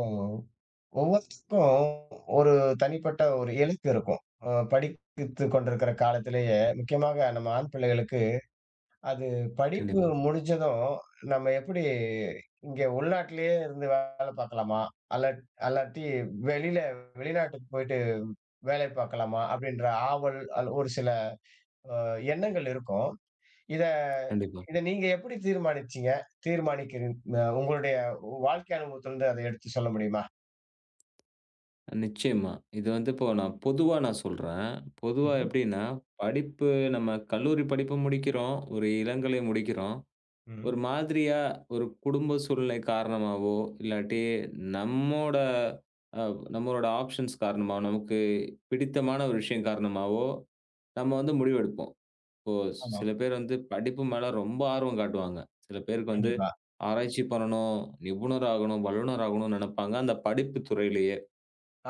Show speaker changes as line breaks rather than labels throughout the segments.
ம். ஒவ்வொருத்தருக்கும் ஒரு தனிப்பட்ட ஒரு இலக்கு இருக்கும். படித்து கொண்டிருக்கிற காலத்திலேயே, முக்கியமாக நம்ம ஆண் பிள்ளைகளுக்கு, அது படிப்பு
கண்டிப்பா,
முடிஞ்சதும் நம்ம எப்படி இங்க உள்நாட்டிலேயே இருந்து வேலை பார்க்கலாமா? அல்லாட் அல்லாட்டி வெளியில வெளிநாட்டுக்கு போயிட்டு வேலை பார்க்கலாமா? அப்படின்ற ஆவல் ஒரு சில அ எண்ணங்கள் இருக்கும். இத
கண்டிப்பா.
இத நீங்க எப்படி தீர்மானிச்சீங்க? தீர்மானிக்கிறீங் அ உங்களுடைய வாழ்க்கை அனுபவத்திலிருந்து அத எடுத்து சொல்ல முடியுமா?
நிச்சயமா. இது வந்து இப்போ பொதுவா நான் சொல்றேன். பொதுவா
ம்ஹ்ம்.
எப்படின்னா, படிப்பு நம்ம கல்லூரி படிப்பு முடிக்கிறோம். ஒரு இளங்கலை முடிக்கிறோம்.
ம்.
ஒரு மாதிரியா ஒரு குடும்ப சூழ்நிலை காரணமாவோ, இல்லாட்டி நம்மோட அ நம்மளோட ஆப்ஷன்ஸ் காரணமா, நமக்கு பிடித்தமான ஒரு விஷயம் காரணமாவோ, நம்ம வந்து முடிவெடுப்போம். இப்போ
ஆமா.
சில பேர் வந்து படிப்பு மேல ரொம்ப ஆர்வம் காட்டுவாங்க. சில பேருக்கு வந்து
கண்டிப்பா.
ஆராய்ச்சி பண்ணணும், நிபுணர் ஆகணும், வல்லுனர் ஆகணும்னு நெனைப்பாங்க. அந்த படிப்பு துறையிலேயே.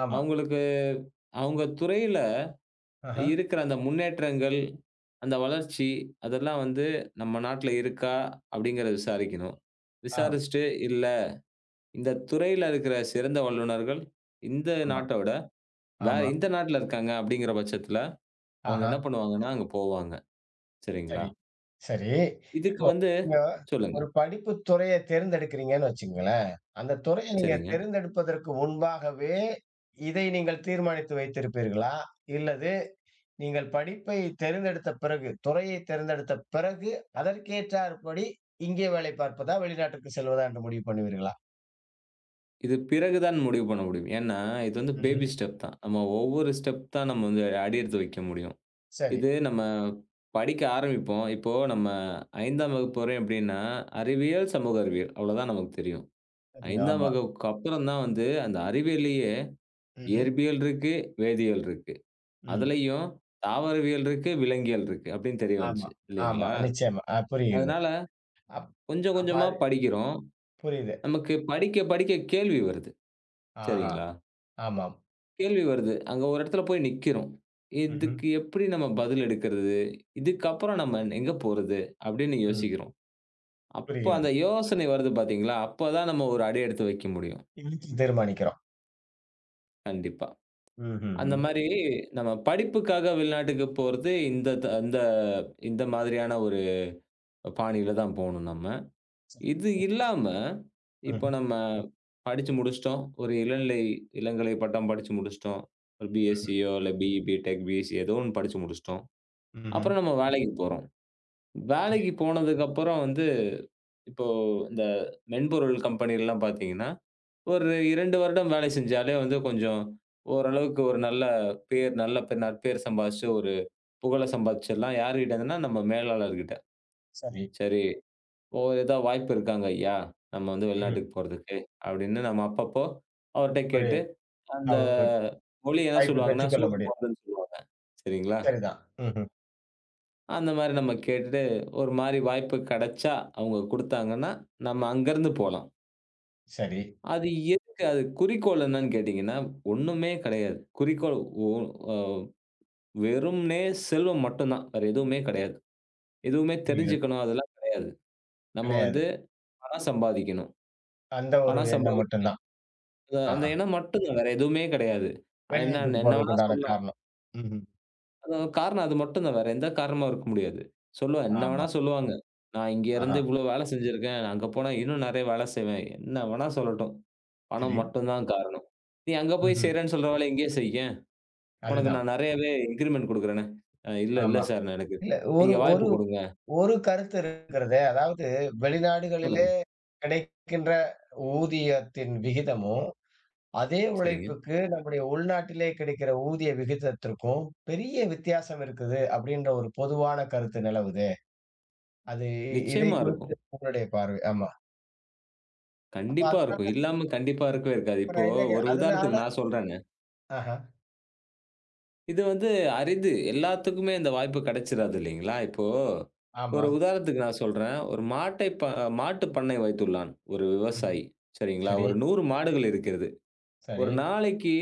ஆமா.
அவங்களுக்கு அவங்க துறையில
ஆஹ.
இருக்கிற அந்த முன்னேற்றங்கள், அந்த வளர்ச்சி அதெல்லாம் வந்து நம்ம நாட்ல இருக்கா? அப்படிங்கிறத விசாரிக்கணும்.
ஆ.
விசாரிச்சுட்டு, இல்ல இந்த துறையில இருக்கிற சிறந்த வல்லுனர்கள் இந்த
ஆமா.
நாட்ட விட வேற
ஆமா.
இந்த நாட்ல இருக்காங்க அப்படிங்கிற பட்சத்துல, அவங்க
ஆஹா.
என்ன பண்ணுவாங்கன்னா அங்க போவாங்க. சரிங்களா?
சரி. சரி.
இதுக்கு
இப்போ
வந்து
நீங்க
சொல்லுங்க.
ஒரு படிப்பு துறைய தேர்ந்தெடுக்கிறீங்கன்னு வச்சுக்கங்களேன். அந்த துறைய நீங்க
சரிங்க.
தேர்ந்தெடுப்பதற்கு முன்பாகவே, இதை நீங்கள் தீர்மானித்து வைத்திருப்பீர்களா? இல்லது நீங்கள் படிப்பை தேர்ந்தெடுத்த பிறகு, துறையை தேர்ந்தெடுத்த பிறகு, அதற்கேற்றாற்படி இங்கே வேலை பார்ப்பதா, வெளிநாட்டுக்கு செல்வதா என்று முடிவு பண்ணுவீர்களா?
இது பிறகு தான் முடிவு பண்ண முடியும். ஏன்னா, இது வந்து
ம்ஹ்ம்.
பேபி ஸ்டெப் தான். நம்ம ஒவ்வொரு ஸ்டெப் தான் நம்ம வந்து அடி எடுத்து வைக்க முடியும்.
சரி.
இது நம்ம படிக்க ஆரம்பிப்போம். இப்போ நம்ம 5ஆம் வகுப்பு வரையும் எப்படின்னா, அறிவியல், சமூக அறிவியல் அவ்வளோதான் நமக்கு தெரியும்.
சரி.
5ஆம்
ஆமா.
வகுப்புக்கு அப்புறம் தான் வந்து அந்த அறிவியல்லயே
ம்ஹ்ம்.
இயற்பியல் இருக்கு, வேதியியல் இருக்கு.
ம்.
அதுலயும் தாவரவியல் இருக்கு, விலங்கியல் இருக்கு அப்படின்னு தெரிய
ஆமா.
வந்துச்சு
ஆமா.
இல்லைங்களா?
நிச்சயமா. புரிகிறது.
அதனால கொஞ்சம்
அப்ப
கொஞ்சமா
அது
படிக்கிறோம்.
புரியுது.
நமக்கு படிக்க படிக்க கேள்வி வருது.
ஆஹா!
சரிங்களா?
ஆமாம்.
கேள்வி வருது. அங்க ஒரு இடத்துல போய் நிக்கிறோம்.
ம்ஹ்ம்.
இதுக்கு எப்படி நம்ம பதில் எடுக்கிறது? இதுக்கப்புறம் நம்ம எங்க போறது? அப்படின்னு
ம்.
யோசிக்கிறோம். அப்ப
புரிகிறது.
அந்த யோசனை வருது பார்த்தீங்களா? அப்பதான் நம்ம ஒரு அடி எடுத்து வைக்க முடியும்.
இன்னைக்கு தீர்மானிக்கிறோம்.
கண்டிப்பா. அந்த
ம்ஹ்ஹ்ம்.
மாரி நம்ம படிப்புக்காக வெளிநாட்டுக்கு போறது இந்த த இந்த இந்த மாதிரியான ஒரு பாணியில தான் போணும் நம்ம.
சரி.
இது இல்லாம, இப்போ
ம்ஹ்ம்.
நம்ம படிச்சு முடிச்சுட்டோம். ஒரு இளநிலை இளங்கலை பட்டம் படிச்சு முடிச்சுட்டோம். ஒரு
ம்ஹ்ம்.
பிஎஸ்சியோ இல்ல பிஇ, பிடெக், பிஎஸ்சி ஏதோ ஒண்ணு படிச்சு முடிச்சுட்டோம்.
ம்ஹ்ம்.
அப்புறம் நம்ம வேலைக்கு போறோம்.
சரி,
வேலைக்கு போனதுக்கு அப்புறம் வந்து இப்போ இந்த மென்பொருள் கம்பெனிலாம் பார்த்தீங்கன்னா ஒரு 2 வருடம் வேலை செஞ்சாலே வந்து கொஞ்சம் ஓரளவுக்கு ஒரு நல்ல பேர், நல்ல பெ நற்பெயர் சம்பாதிச்சு, ஒரு புகழ சம்பாதிச்சிடலாம். யார்கிட்டன்னா, நம்ம மேலாளர்கிட்ட.
சரி.
சரி, ஓ ஏதா வாய்ப்பு இருக்காங்க ஐயா! நம்ம வந்து
ம்ஹ்ம்.
வெளிநாட்டுக்கு போறதுக்கு, அப்படின்னு நம்ம அப்பப்போ அவர்ட்ட
ஒரு
கேட்டு, அந்த
அவ
மொழி என்ன
வாய்ப்பு
சொல்லுவாங்கன்னா,
பெற்றுக்கொள்ள
சோப்பு
முடியும்.
போடுறதுன்னு சொல்லுவாங்க. சரிங்களா?
சரிதான். ம்ஹ்ம்.
அந்த மாரி நம்ம கேட்டுட்டு, ஒரு மாரி வாய்ப்பு கெடைச்சா, அவங்க குடுத்தாங்கன்னா, நம்ம அங்கருந்து
ம்.
போலாம்.
சரி.
அது எதுக்கு? அது குறிக்கோள் என்னன்னு கேட்டீங்கன்னா, ஒண்ணுமே கிடையாது. குறிக்கோள் ஒ அ வெறுமனே செல்வம் மட்டும் தான். வேற எதுவுமே கிடையாது. எதுவுமே
புரிகிறது.
தெரிஞ்சுக்கணும் அதெல்லாம் கிடையாது. நம்ம
கிடையாது.
வந்து பணம் சம்பாதிக்கணும்.
அந்த ஒரு
பணம்
எண்ணம் மட்டும்
சம்பாதிக்கணும்.
தான்.
அந்த அந்த
ஆஹா!
எண்ணம் மட்டும் தான். வேற எதுவுமே கிடையாது. என்ன
வெளிநாட்டுக்கு
என்ன
போறதுக்கு
வேணா
உண்டான
சொல்லலாம்.
காரணம். ம்ஹ்ம்.
அது ஒரு காரணம் அது மட்டும் தான். வேற எந்த காரணமும் இருக்க முடியாது. சொல்லுவா என்ன
ஆமா.
வேணா சொல்லுவாங்க. நான் இங்க
ஆஹா!
இருந்து இவ்ளோ வேலை செஞ்சிருக்கேன். நான் அங்க போனா இன்னும் நெறைய வேலை செய்வேன். என்ன வேணா சொல்லட்டும். பணம்
சரி.
மட்டும் தான் காரணம். நீ அங்க போய்
ம்ஹ்ம்.
செய்றேன்னு சொல்ற வேலைய இங்கேயே செய்யேன். உனக்கு
அதுதான்.
நான் நெறையவே இன்கிரிமெண்ட் குடுக்குறேனே! இல்ல
ஆமா.
சார் நான் எனக்கு.
இல்ல. ஒரு
நீங்க வாய்ப்பு
ஒரு
குடுங்க.
ஒரு கருத்து இருக்கிறதே. அதாவது வெளிநாடுகளிலே
சொல்லுங்க.
கிடைக்கின்ற ஊதியத்தின் விகிதமும், அதே
சரிங்க.
உழைப்புக்கு நம்முடைய உள்நாட்டிலே கிடைக்கிற ஊதிய விகிதத்திற்கும் பெரிய வித்தியாசம் இருக்குது அப்படின்ற ஒரு பொதுவான கருத்து நிலவுதே. அது இதை
நிச்சயமா
குறித்து
இருக்கும்.
உங்களுடைய பார்வை. ஆமா. அப்ப
கண்டிப்பா
அதனால
இருக்கும். இல்லாம கண்டிப்பா இருக்கவே இருக்காது.
இப்ப
இப்போ
நான் என்ன கே
ஒரு உதாரணத்துக்கு
அதனால
நான் சொல்றேங்க.
ஆஹா.
இது வந்து அரிது. எல்லாத்துக்குமே இந்த வாய்ப்பு கிடைச்சிராது இல்லைங்களா? இப்போ
ஆமா.
ஒரு உதாரணத்துக்கு நான் சொல்றேன். ஒரு மாட்டை ப மாட்டு பண்ணை வைத்துள்ளான். ஒரு
ம்ஹ்ம்.
விவசாயி. சரிங்களா?
சரி,
ஒரு 100 மாடுகள் இருக்கிறது. ஒரு
சரி.
நாளைக்கு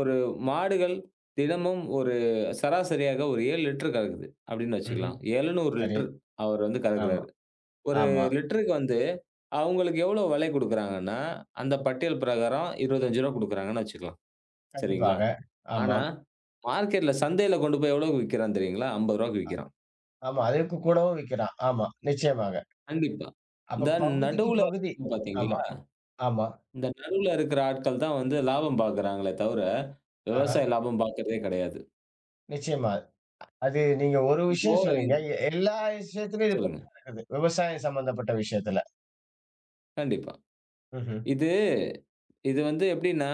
ஒரு மாடுகள் தினமும் ஒரு சராசரியாக ஒரு 7 லிட்டர் கறக்குது அப்படின்னு வச்சுக்கலாம்.
ம்ஹ்ம்.
7.1
சரி.
லிட்டர் அவர் வந்து
ஆமா,
கறக்குறாரு. ஒரு
ஆமா.
லிட்டருக்கு வந்து அவங்களுக்கு எவ்வளோ விலை குடுக்குறாங்கன்னா, அந்த பட்டியல் பிரகாரம் ரூ. 25 குடுக்குறாங்கன்னு வச்சுக்கலாம். சரிங்களா?
கண்டிப்பாக.
ஆனா
ஆமாம்.
மார்க்கெட்ல சந்தையில கொண்டு போய் எவ்வளோக்கு விக்கிறான் தெரியுங்களா? ரூ. 50க்கு விக்கிறான்.
ஆமா. அதற்கு கூடவும் விக்கிறான். ஆமா. நிச்சயமாக.
கண்டிப்பா.
அப்ப
இந்த
பகுதிக்கு
நடுவுல
பகுதி. ஆமா,
பார்த்தீங்களா,
ஆமா.
இந்த நடுவுல இருக்கிற ஆட்கள் தான் வந்து லாபம் பார்க்குறாங்களே தவிர,
ஆஹா.
விவசாய லாபம் பார்க்கிறதே கிடையாது.
நிச்சயமா. அது நீங்க ஒரு
இப்போ
விஷயம் சொன்னீங்க.
இந்த-
எல்லா விஷயத்துலயும் இது
சொல்லுங்க.
நடக்குது. விவசாயம் சம்பந்தப்பட்ட விஷயத்துல.
கண்டிப்பா.
ம்ஹ்ம்.
இது இது வந்து எப்படின்னா,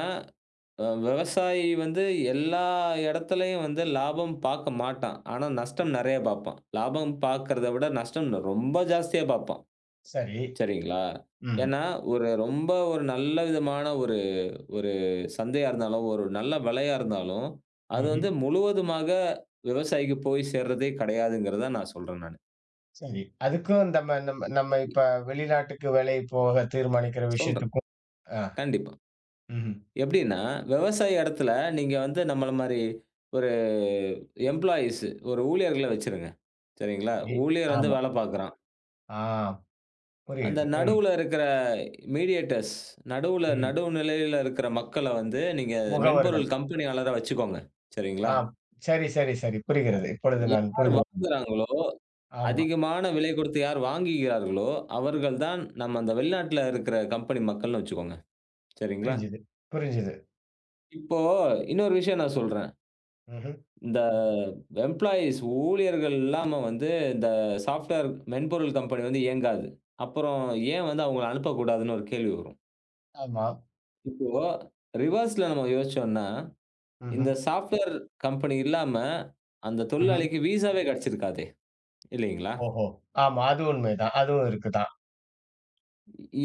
அ விவசாயி வந்து எல்லா இடத்துலயும் வந்து லாபம் பார்க்க மாட்டான். ஆனா நஷ்டம் நெறைய பார்ப்பான். லாபம் பார்க்கிறத விட நஷ்டம் ரொம்ப ஜாஸ்தியா பார்ப்பான்.
சரி.
சரிங்களா?
ம்.
ஏன்னா, ஒரு ரொம்ப ஒரு நல்ல விதமான ஒரு ஒரு சந்தையா இருந்தாலும், ஒரு நல்ல விலையா இருந்தாலும், அது
ம்ஹ்ம்.
வந்து முழுவதுமாக விவசாயிக்கு போய் சேர்றதே கிடையாதுங்கிறத நான் சொல்றேன் நானு.
சரி. அதுக்கும் நம்ம நம்ம நம்ம இப்ப வெளிநாட்டுக்கு வேலை போக தீர்மானிக்கிற
சொல்றேன்.
விஷயத்துக்கும் ஆ.
கண்டிப்பா.
ம்ஹ்ம்.
எப்படின்னா, விவசாய இடத்துல நீங்க வந்து நம்மள மாரி ஒரு எம்ப்ளாயீஸ் ஒரு ஊழியர்கள வச்சுருங்க. சரிங்களா?
சரி.
ஊழியர் வந்து
ஆமா.
வேல பார்க்குறான்.
ஆ
அந்த
புரிகிறது. ம்.
நடுவுல இருக்கிற மீடியேட்டர்ஸ் நடுவுல
ம்.
நடு நிலையில இருக்கிற மக்கள வந்து நீங்க
முகவர்கள்.
மென்பொருள் கம்பெனியாளரா வச்சுக்கோங்க. சரிங்களா?
ஆம். சரி, சரி, சரி. புரிகிறது. இப்பொழுது நான்
யார்
புரிந்து கொண்டேன்.
வாங்குறாங்களோ,
ஆமா.
அதிகமான விலை கொடுத்து யார் வாங்குகிறார்களோ, அவர்கள் தான் நம்ம அந்த வெளிநாட்ல இருக்கிற கம்பெனி மக்கள்னு வச்சுக்கோங்க. சரிங்களா?
புரிஞ்சுது, புரிஞ்சுது.
இப்போ இன்னொரு விஷயம் நான் சொல்றேன்.
ம்ஹ்ம்.
இந்த எம்ப்ளாயீஸ் ஊழியர்கள் இல்லாம வந்து இந்த சாஃப்ட்வேர் மென்பொருள் கம்பெனி வந்து இயங்காது. அப்புறம் ஏன் வந்து அவங்கள அனுப்பக்கூடாதுன்னு ஒரு கேள்வி வரும்.
ஆமா.
இப்போ ரிவர்ஸ்ல நம்ம யோசிச்சோம்னா, இந்த
ம்ஹ்ம்.
சாஃப்ட்வேர் கம்பெனி இல்லாம அந்த
ம்ஹ்ம்.
தொழிலாளிக்கு விசாவே கிடைச்சிருக்காதே! இல்லைங்களா?
ஓஹோ! ஆமா. அது உண்மைதான். அதுவும் இருக்குதான்.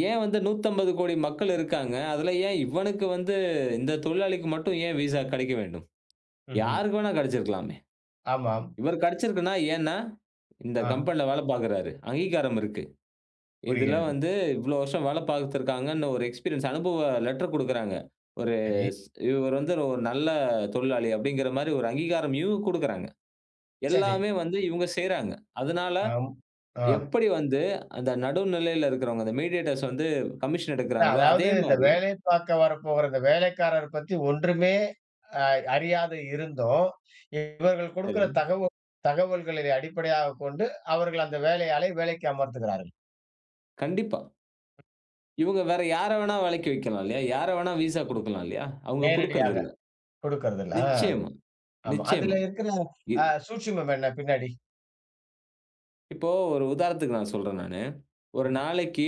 ஏன் வந்து 150 கோடி மக்கள் இருக்காங்க. அதுல ஏன் இவனுக்கு வந்து இந்த தொழிலாளிக்கு மட்டும் ஏன் விசா கிடைக்க வேண்டும்?
ம்ஹ்ம்.
யாருக்கு வேணா கிடைச்சிருக்கலாமே!
ஆமாம்.
இவர் கிடைச்சிருக்குன்னா ஏன்னா, இந்த
ஆ
கம்பெனில வேலை பார்க்கிறாரு. அங்கீகாரம் இருக்கு. இதுல
புரிகிறது.
வந்து இவ்வளோ வருஷம் வேலை பார்த்துருக்காங்கன்னு ஒரு எக்ஸ்பீரியன்ஸ் அனுபவ லெட்டர் குடுக்குறாங்க. ஒரு
சரி,
ஸ் இவர் வந்து ஒரு நல்ல தொழிலாளி அப்படிங்கிற மாரி ஒரு அங்கீகாரம் இவங்க குடுக்குறாங்க.
சரி.
எல்லாமே ம். வந்து இவங்க செய்றாங்க. அதனால
ஆம். ஆ.
எப்படி வந்து அந்த நடுநிலையில இருக்கிறவங்க, அந்த மீடியேட்டர்ஸ் வந்து கமிஷன்
அதான்
எடுக்கிறாங்களோ,
அதாவது
அதே
இந்த
மாரி
வேலை பார்க்க வரப்போகிற இந்த வேலைக்காரர் பத்தி ஒன்றுமே அ அறியாது இருந்தும், இவர்கள் கொடுக்கிற
சரிங்க.
தகவல்களை அடிப்படையாகக் கொண்டு அவர்கள் அந்த வேலையாளை வேலைக்கு அமர்த்துகிறார்கள்.
கண்டிப்பா. இவங்க வேற யார வேணா வேலைக்கு வைக்கலாம் இல்லையா? யார வேணா விசா குடுக்கலாம் இல்லையா? அவங்க
நேரடியாக
குடுக்குறதில்ல.
கொடுக்கறதில்ல.
நிச்சயமா,
ஆமா. அதுல
நிச்சயமா.
இருக்கிற
இ
சூட்சுமம் என்ன பின்னாடி?
இப்போ ஒரு உதாரணத்துக்கு நான் சொல்றேன் நானு. ஒரு
ம்ஹ்ம்.
நாளைக்கு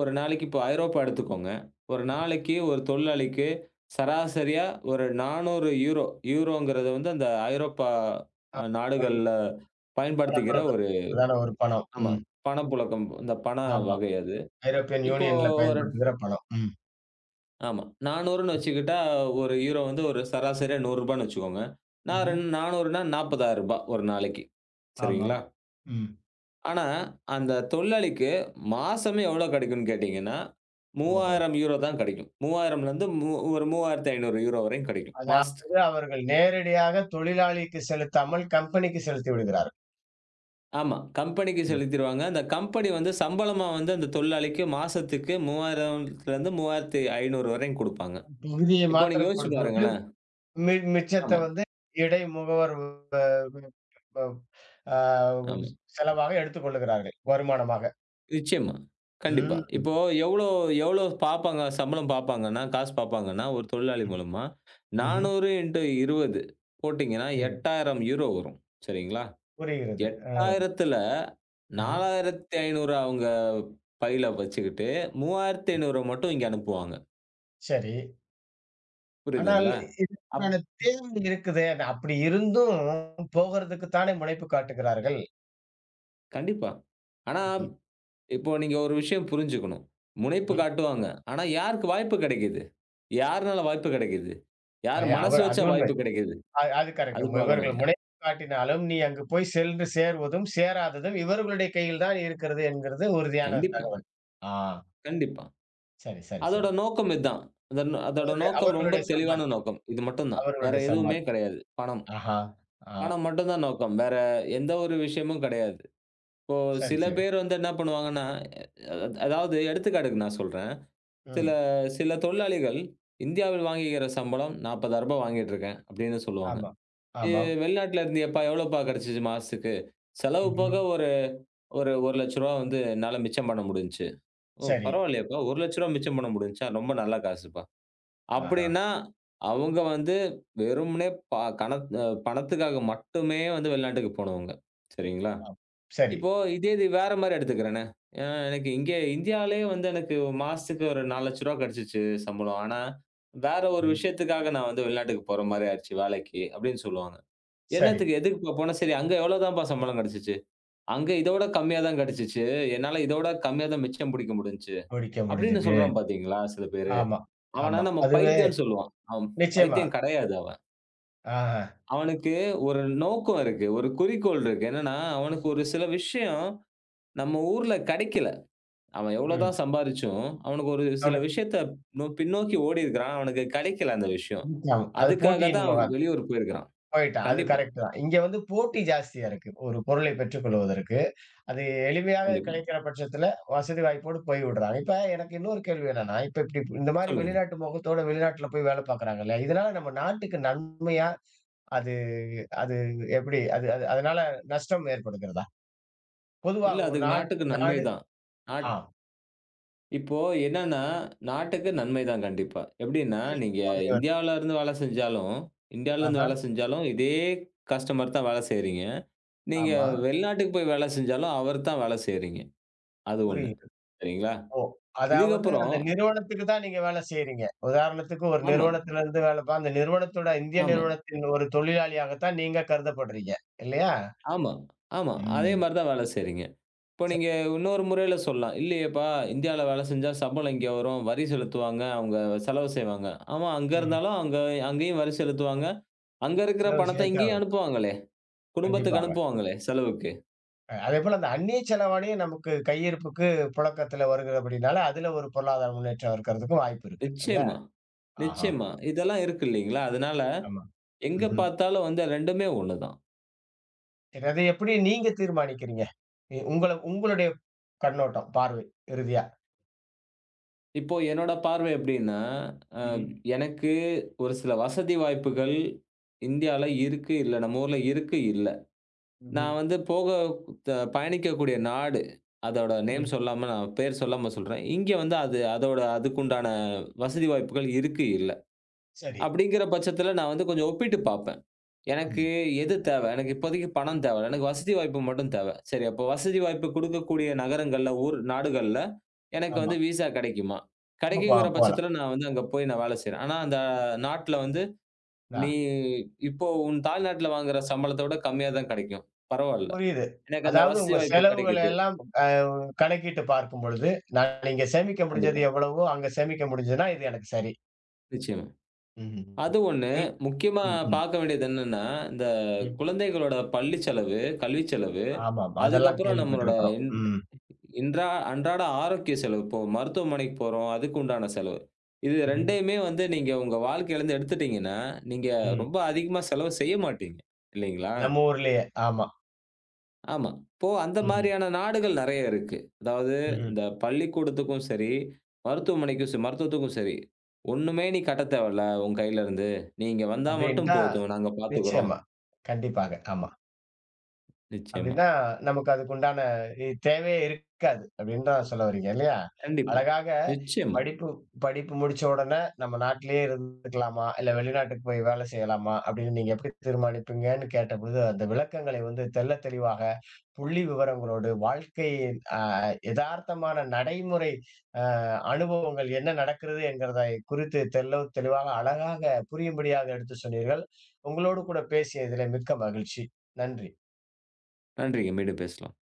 ஒரு நாளைக்கு இப்போ ஐரோப்பா எடுத்துக்கோங்க. ஒரு நாளைக்கு ஒரு தொழிலாளிக்கு சராசரியா ஒரு 400 யூரோ. யூரோங்கிறது வந்து அந்த ஐரோப்பா
ஆ.
அ நாடுகள்ல
ஒரு
பயன்படுத்திக்கிற ஒரு
பளபளப்பு தான ஒரு பணம்.
ஆமா.
ம்.
பணப்புழக்கம். இந்த பண
ஆமா.
வகை அது.
ஐரோப்பியன்
இப்போ
யூனியன்ல
ஒரு
பயன்படுத்துகிற பணம். ம்.
ஆமா. 400ன்னு வச்சுக்கிட்டா, ஒரு யூரோ வந்து ஒரு சராசரியா ரூ. 100ன்னு வச்சுக்கோங்க. நான்
ம்ஹ்ம்.
ரெண் 400ன்னா ரூ. 40,000 ஒரு நாளைக்கு.
ஆமாம்.
சரிங்களா?
ம்.
ஆனா, அந்த தொழிலாளிக்கு மாசமே எவ்வளோ கிடைக்கும்னு கேட்டீங்கன்னா,
ஓஹோ!
€3000 தான் கிடைக்கும். 3000லேருந்து மூ ஒரு €3500 வரையும் கிடைக்கும். மாசத்துக்கு.
அதாவது அவர்கள் நேரடியாக தொழிலாளிக்கு செலுத்தாமல் கம்பெனிக்கு செலுத்தி விடுகிறார்கள்.
ஆமா. கம்பெனிக்கு
ம்.
செலுத்திருவாங்க. அந்த கம்பெனி வந்து சம்பளமா வந்து அந்த தொழிலாளிக்கு மாசத்துக்கு 3000லேருந்து 3500 வரையும் குடுப்பாங்க.
பகுதியை
இப்போ நீங்க
மாத்திரம்
யோசிச்சு
கொடுத்துவிட்டு
பாருங்களேன்.
மிச்சத்த
ஆமா,
வந்து இடை முகவர் ப ஆ
ஆமா.
செலவாக எடுத்துக் கொள்ளுகிறார்கள். வருமானமாக.
நிச்சயமா. கண்டிப்பா.
ம்.
இப்போ எவ்ளோ எவ்ளோ பாப்பாங்க சம்பளம் பாப்பாங்கன்னா, காசு பாப்பாங்கன்னா, ஒரு தொழிலாளி
ம்ஹ்ம்.
மூலமா
ம்ஹ்ம்.
400 இன்டு 20 போட்டீங்கன்னா,
புரிகிறது.
8,000 யூரோ வரும். சரிங்களா?
புரிகிறது. ஆ.
8,000த்துல
ம்.
4,500 அவங்க பையில வச்சுக்கிட்டு, 3,500 மட்டும் இங்க அனுப்புவாங்க.
சரி. ஆனால்
புரியுதுங்களா? அப்
இதுக்கான தேவை இருக்குதே. அது அப்படி இருந்தும் போகறதுக்கு தானே முனைப்பு காட்டுகிறார்கள்.
கண்டிப்பா. ஆனா,
ம்ஹ்ம்.
இப்போ நீங்க ஒரு விஷயம் புரிஞ்சுக்கணும். முனைப்பு
ம்ஹ்ம்.
காட்டுவாங்க. ஆனா யாருக்கு வாய்ப்பு கெடைக்குது? யாருனால வாய்ப்பு கெடைக்குது? யார் மனசு
அவர் அது
வச்சா
உண்மை.
வாய்ப்பு கெடைக்குது?
அது கரெக்ட்.
அது பார்க்கணும்
இவர்கள்
இல்லையா?
முனைப்பு காட்டினாலும், நீ அங்கு போய் சென்று சேருவதும், சேராததும் இவர்களுடைய கையில் தான் இருக்கிறது என்கிறது உறுதியான
கண்டிப்பா,
தகவல். ஆ
கண்டிப்பா.
சரி, சரி,
அதோட
சரி.
நோக்கம் இதான். அதன் அதோட நோக்கம் ரொம்ப
அவர்களுடைய
தெளிவான
சம்பாத்தியம்.
நோக்கம். இது மட்டும் தான். வேற
அவர்களுடைய
எதுவுமே
சம்பாத்தியம்.
கிடையாது. பணம்.
ஆஹா! ஆ
பணம் மட்டும் தான் நோக்கம். வேற எந்த ஒரு விஷயமும் கிடையாது. இப்போ
சரி,
சில
சரி.
பேர் வந்து என்ன பண்ணுவாங்கன்னா, அ அதாவது எடுத்துக்காட்டுக்கு நான் சொல்றேன். சில
ம்.
சில தொழிலாளிகள் இந்தியாவில் வாங்குகிற சம்பளம் ரூ. 40,000 வாங்கிட்டு இருக்கேன் அப்படின்னு சொல்லுவாங்க.
ஆமா.
எ
ஆமாம்.
வெளிநாட்டுல இருந்து எப்பா எவ்வளோப்பா கிடைச்சுச்சு மாசத்துக்கு? செலவு போக
ம்ஹ்ம்.
ஒரு ஒரு ரூ. 1,00,000 வந்து என்னால மிச்சம் பண்ண முடிஞ்சுச்சு. ஓ!
சரி.
பரவாயில்லையேப்பா! ரூ. 1,00,000 மிச்சம் பண்ண முடிஞ்சுச்சா? ரொம்ப நல்ல காசுப்பா.
ஆஹா!
அப்படின்னா, அவங்க வந்து வெறுமனே ப கணத் அ பணத்துக்காக மட்டுமே வந்து வெளிநாட்டுக்கு போனவங்க. சரிங்களா?
ஆ சரி.
இப்போ இதே இது வேற மாரி எடுத்துக்கிறேனே. அ எனக்கு இங்க இந்தியாவிலேயே வந்து எனக்கு மாசத்துக்கு ஒரு ரூ. 4,00,000 கிடைச்சுச்சு சம்பளம். ஆனா, வேற ஒரு
ம்.
விஷயத்துக்காக நான் வந்து வெளிநாட்டுக்கு போற மாரி ஆயிருச்சு வேலைக்கு அப்படின்னு சொல்லுவாங்க.
சரி.
என்னத்துக்கு? எதுக்குப்பா போன? சரி அங்க எவ்வளோ தான்ப்பா சம்பளம் கிடைச்சுச்சு? அங்க இதோட கம்மியா தான் கிடைச்சுச்சு. என்னால இதோட கம்மியா தான் மிச்சம் பிடிக்க முடிஞ்சுச்சு.
முடிக்க
அப்படின்னு
முடிஞ்சது.
சொல்றான் பார்த்தீங்களா, சில பேரு.
ஆமா,
அவன
ஆமா.
நம்ம
அதுவே
பைத்தியம்ன்னு சொல்லுவோம். அவன்
நிச்சயமா.
பைத்தியம் கிடையாது அவன்.
ஆஹா.
அவனுக்கு ஒரு நோக்கம் இருக்கு. ஒரு குறிக்கோள் இருக்கு. என்னன்னா, அவனுக்கு ஒரு சில விஷயம் நம்ம ஊர்ல கிடைக்கல. அவன்
ம்.
எவ்வளோதான் சம்பாரிச்சும், அவனுக்கு ஒரு சில
அவனுக்கு
விஷயத்த பின்னோக்கி ஓடியிருக்கிறான். அவனுக்கு கிடைக்கல அந்த விஷயம்.
அது
அதுக்காக
போட்டியின்
தான்
முக
அவன் வெளியூர் போயிருக்கிறான்.
போயிட்டான். அது
கண்டிப்பா,
கரெக்ட் தான். இங்க வந்து போட்டி ஜாஸ்தியா இருக்கு. ஒரு பொருளை பெற்றுக் கொள்வதற்கு. அது எளிமையாக
கண்டிப்பா.
கிடைக்கிற பட்சத்துல வசதி வாய்ப்போடு போய் விடுறாங்க. இப்ப எனக்கு இன்னொரு கேள்வி என்னன்னா, இப்ப இப்டி இந்த மாரி
சொல்லுங்க.
வெளிநாட்டு மோகத்தோட வெளிநாட்டுல போய் வேலை பார்க்குறாங்க இல்லையா? இதனால நம்ம நாட்டுக்கு நன்மையா? அது அது எப்படி அது அது அதனால நஷ்டம் ஏற்படுகிறதா?
இல்ல
பொதுவாக ஒரு
அதுக்கு நாட்டுக்கு நன்மை
நாடு.
தான்.
ஆ.
இப்போ என்னன்னா, நாட்டுக்கு நன்மை தான் கண்டிப்பா. எப்படின்னா, நீங்க இந்தியாவுல இருந்து வேலை செஞ்சாலும் இந்தியாவுல இருந்து
ஆஹா.
வேலை செஞ்சாலும், இதே கஸ்டமர் தான் வேலை செய்றீங்க. நீங்க
ஆமா.
வெளிநாட்டுக்கு போய் வேலை செஞ்சாலும், அவர் தான் வேலை செய்றீங்க. அது 1.
புரியுது.
சரிங்களா?
ஓ! அதாவது
இதுக்கப்புறம்
அந்த நிறுவனத்துக்கு தான் நீங்க வேலை செய்றீங்க. உதாரணத்துக்கு ஒரு
ஆமா,
நிறுவனத்துல இருந்து வேலை பா அந்த நிறுவனத்தோட இந்திய
ஆமா,
நிறுவனத்தின் ஒரு தொழிலாளியாகத்தான் நீங்க கருதப்படுறீங்க. இல்லையா?
ஆமா, ஆமா. அதே
ம்.
மாரி தான் வேலை செய்றீங்க. இப்போ
சரி.
நீங்க இன்னொரு முறையில சொல்லலாம். "இல்லையேப்பா, இந்தியாவுல வேலை செஞ்சா சம்பளம் இங்க வரும், வரி செலுத்துவாங்க, அவங்க செலவு செய்வாங்க." ஆமா, அங்க
ம்.
இருந்தாலும் அங்க அங்கேயும் வரி செலுத்துவாங்க. அங்க இருக்கிற
செலவு
பணத்த
சேர்த்தாக
இங்கேயும்
வேண்டும்.
அனுப்புவாங்களே! குடும்பத்துக்கு
கண்டிப்பாக.
அனுப்புவாங்களே செலவுக்கு.
அதேபோல அந்த அந்நிய செலவாணியும் நமக்கு கையிருப்புக்கு புழக்கத்துல வருகிறபடினால, அதுல ஒரு பொருளாதார முன்னேற்றம் இருக்கிறதுக்கும் வாய்ப்பு இருக்கு. இல்ல?
நிச்சயமா,
ஆஹா!
நிச்சயமா. இதெல்லாம் இருக்கு இல்லீங்களா? அதனால
ஆமா.
எங்க
ம்ஹ்ம்.
பார்த்தாலும் வந்து 2மே ஒண்ணுதான்.
சரி, அத எப்படி நீங்க தீர்மானிக்கிறீங்க? உங்களுடைய கண்ணோட்டம், பார்வை, இறுதியா?
இப்போ என்னோட பார்வை எப்படின்னா, அ
ம்ஹ்ம்.
எனக்கு ஒரு சில வசதி வாய்ப்புகள் இந்தியால இருக்கு, இல்ல. நம்ம ஊர்ல இருக்கு, இல்ல.
ம்ஹ்ம்.
நான் வந்து போக த பயணிக்கக்கூடிய நாடு, அதோட நேம்
ம்.
சொல்லாம நான் பேர் சொல்லாம சொல்றேன். இங்க வந்து அது அதோட அதுக்குண்டான வசதி வாய்ப்புகள் இருக்கு, இல்ல.
சரி.
அப்படிங்கிற பட்சத்தில நான் வந்து கொஞ்சம் ஒப்பிட்டு பார்ப்பேன்.
ஆமா.
எனக்கு எது தேவை? எனக்கு இப்போதைக்கு பணம் தேவல்ல. எனக்கு வசதி வாய்ப்பு மட்டும் தேவ. சரி அப்போ வசதி வாய்ப்பு குடுக்கக்கூடிய நகரங்கள்ல, ஊர் நாடுகள்ல எனக்கு
ஆமா.
வந்து விசா கிடைக்குமா?
ரொம்ப
கிடைக்குங்கிற
போலாம்.
பட்சத்தில நான் வந்து அங்க போய் நான் வேலை செய்றேன். ஆனா அந்த நாட்ல வந்து,
அ
"நீ இப்போ உன் தாய்நாட்ல வாங்குற சம்பளத்த விட கம்மியா தான் கிடைக்கும். பரவால்ல.
புரியுது.
எனக்கு அந்த
அதாவது
வசதி
உங்க
வாய்ப்பு
செலவுகள
கிடைக்குது."
எல்லாம் அ கணக்கிட்டு பார்க்கும் பொழுது, நான் இங்க சேமிக்க முடிஞ்சது
கண்டிப்பா.
எவ்வளவோ, அங்க சேமிக்க முடிஞ்சதுன்னா, இது எனக்கு சரி.
நிச்சயமா.
ம்ஹ்ம்.
அது 1.
இல்
முக்கியமா
ம், ம்,
பார்க்க வேண்டியது என்னன்னா, இந்த
ம்.
குழந்தைகளோட பள்ளி செலவு, கல்வி செலவு,
ஆமாம். அதெல்லாம்
அதுக்கப்புறம் நம்மளோட
கேள்விப்பட்டிருக்கிறோம்.
இன்
ம்.
இன்றா அன்றாட ஆரோக்கிய செலவு. இப்போ மருத்துவமனைக்கு போறோம். அதுக்கு உண்டான செலவு. இது
ம்ஹ்ம்.
2யுமே வந்து நீங்க உங்க வாழ்க்கையிலருந்து எடுத்துட்டீங்கன்னா, நீங்க
ம்.
ரொம்ப அதிகமா செலவு செய்ய மாட்டீங்க. இல்லைங்களா?
நம்ம ஊர்லயே. ஆமா.
ஆமா. இப்போ அந்த
ம்ஹ்ம்.
மாரியான நாடுகள் நெறைய இருக்கு. அதாவது
ம்ஹ்ம்.
இந்த பள்ளிக்கூடத்துக்கும் சரி, மருத்துவமனைக்கும் சரி மருத்துவத்துக்கும் சரி, "ஒண்ணுமே நீ கட்ட தேவையில்ல உன் கையிலருந்து. நீ இங்க வந்தா மட்டும்
அப்படின்ட்டா
போதும். நாங்க பார்த்துக்கிறோம்."
நிச்சயமா. கண்டிப்பாக. ஆமா.
நிச்சயமா.
அப்டின்னா, நமக்கு அதுக்குண்டான தேவையே இருக்காது. அப்டின்னு தான் சொல்ல வர்றீங்க இல்லையா?
கண்டிப்பா.
அழகாக
நிச்சயமா.
படிப்பு படிப்பு முடிச்ச உடனே நம்ம நாட்டிலேயே இருந்துக்கலாமா? இல்ல வெளிநாட்டுக்கு போய் வேலை செய்யலாமா? அப்டின்னு நீங்க எப்டி தீர்மானிப்பீங்கன்னு கேட்டபொழுது, அந்த விளக்கங்களை வந்து தெள்ள தெளிவாக, புள்ளி விவரங்களோடு, வாழ்க்கையின் எதார்த்தமான நடைமுறை அ அனுபவங்கள் என்ன நடக்கிறது என்கிறதை குறித்து தெள்ள தெளிவாக, அழகாக புரியும்படியாக எடுத்து சொன்னீர்கள். உங்களோடு கூட பேசியதிலே மிக்க மகிழ்ச்சி. நன்றி.
நன்றிங்க. மீண்டும் பேசலாம்.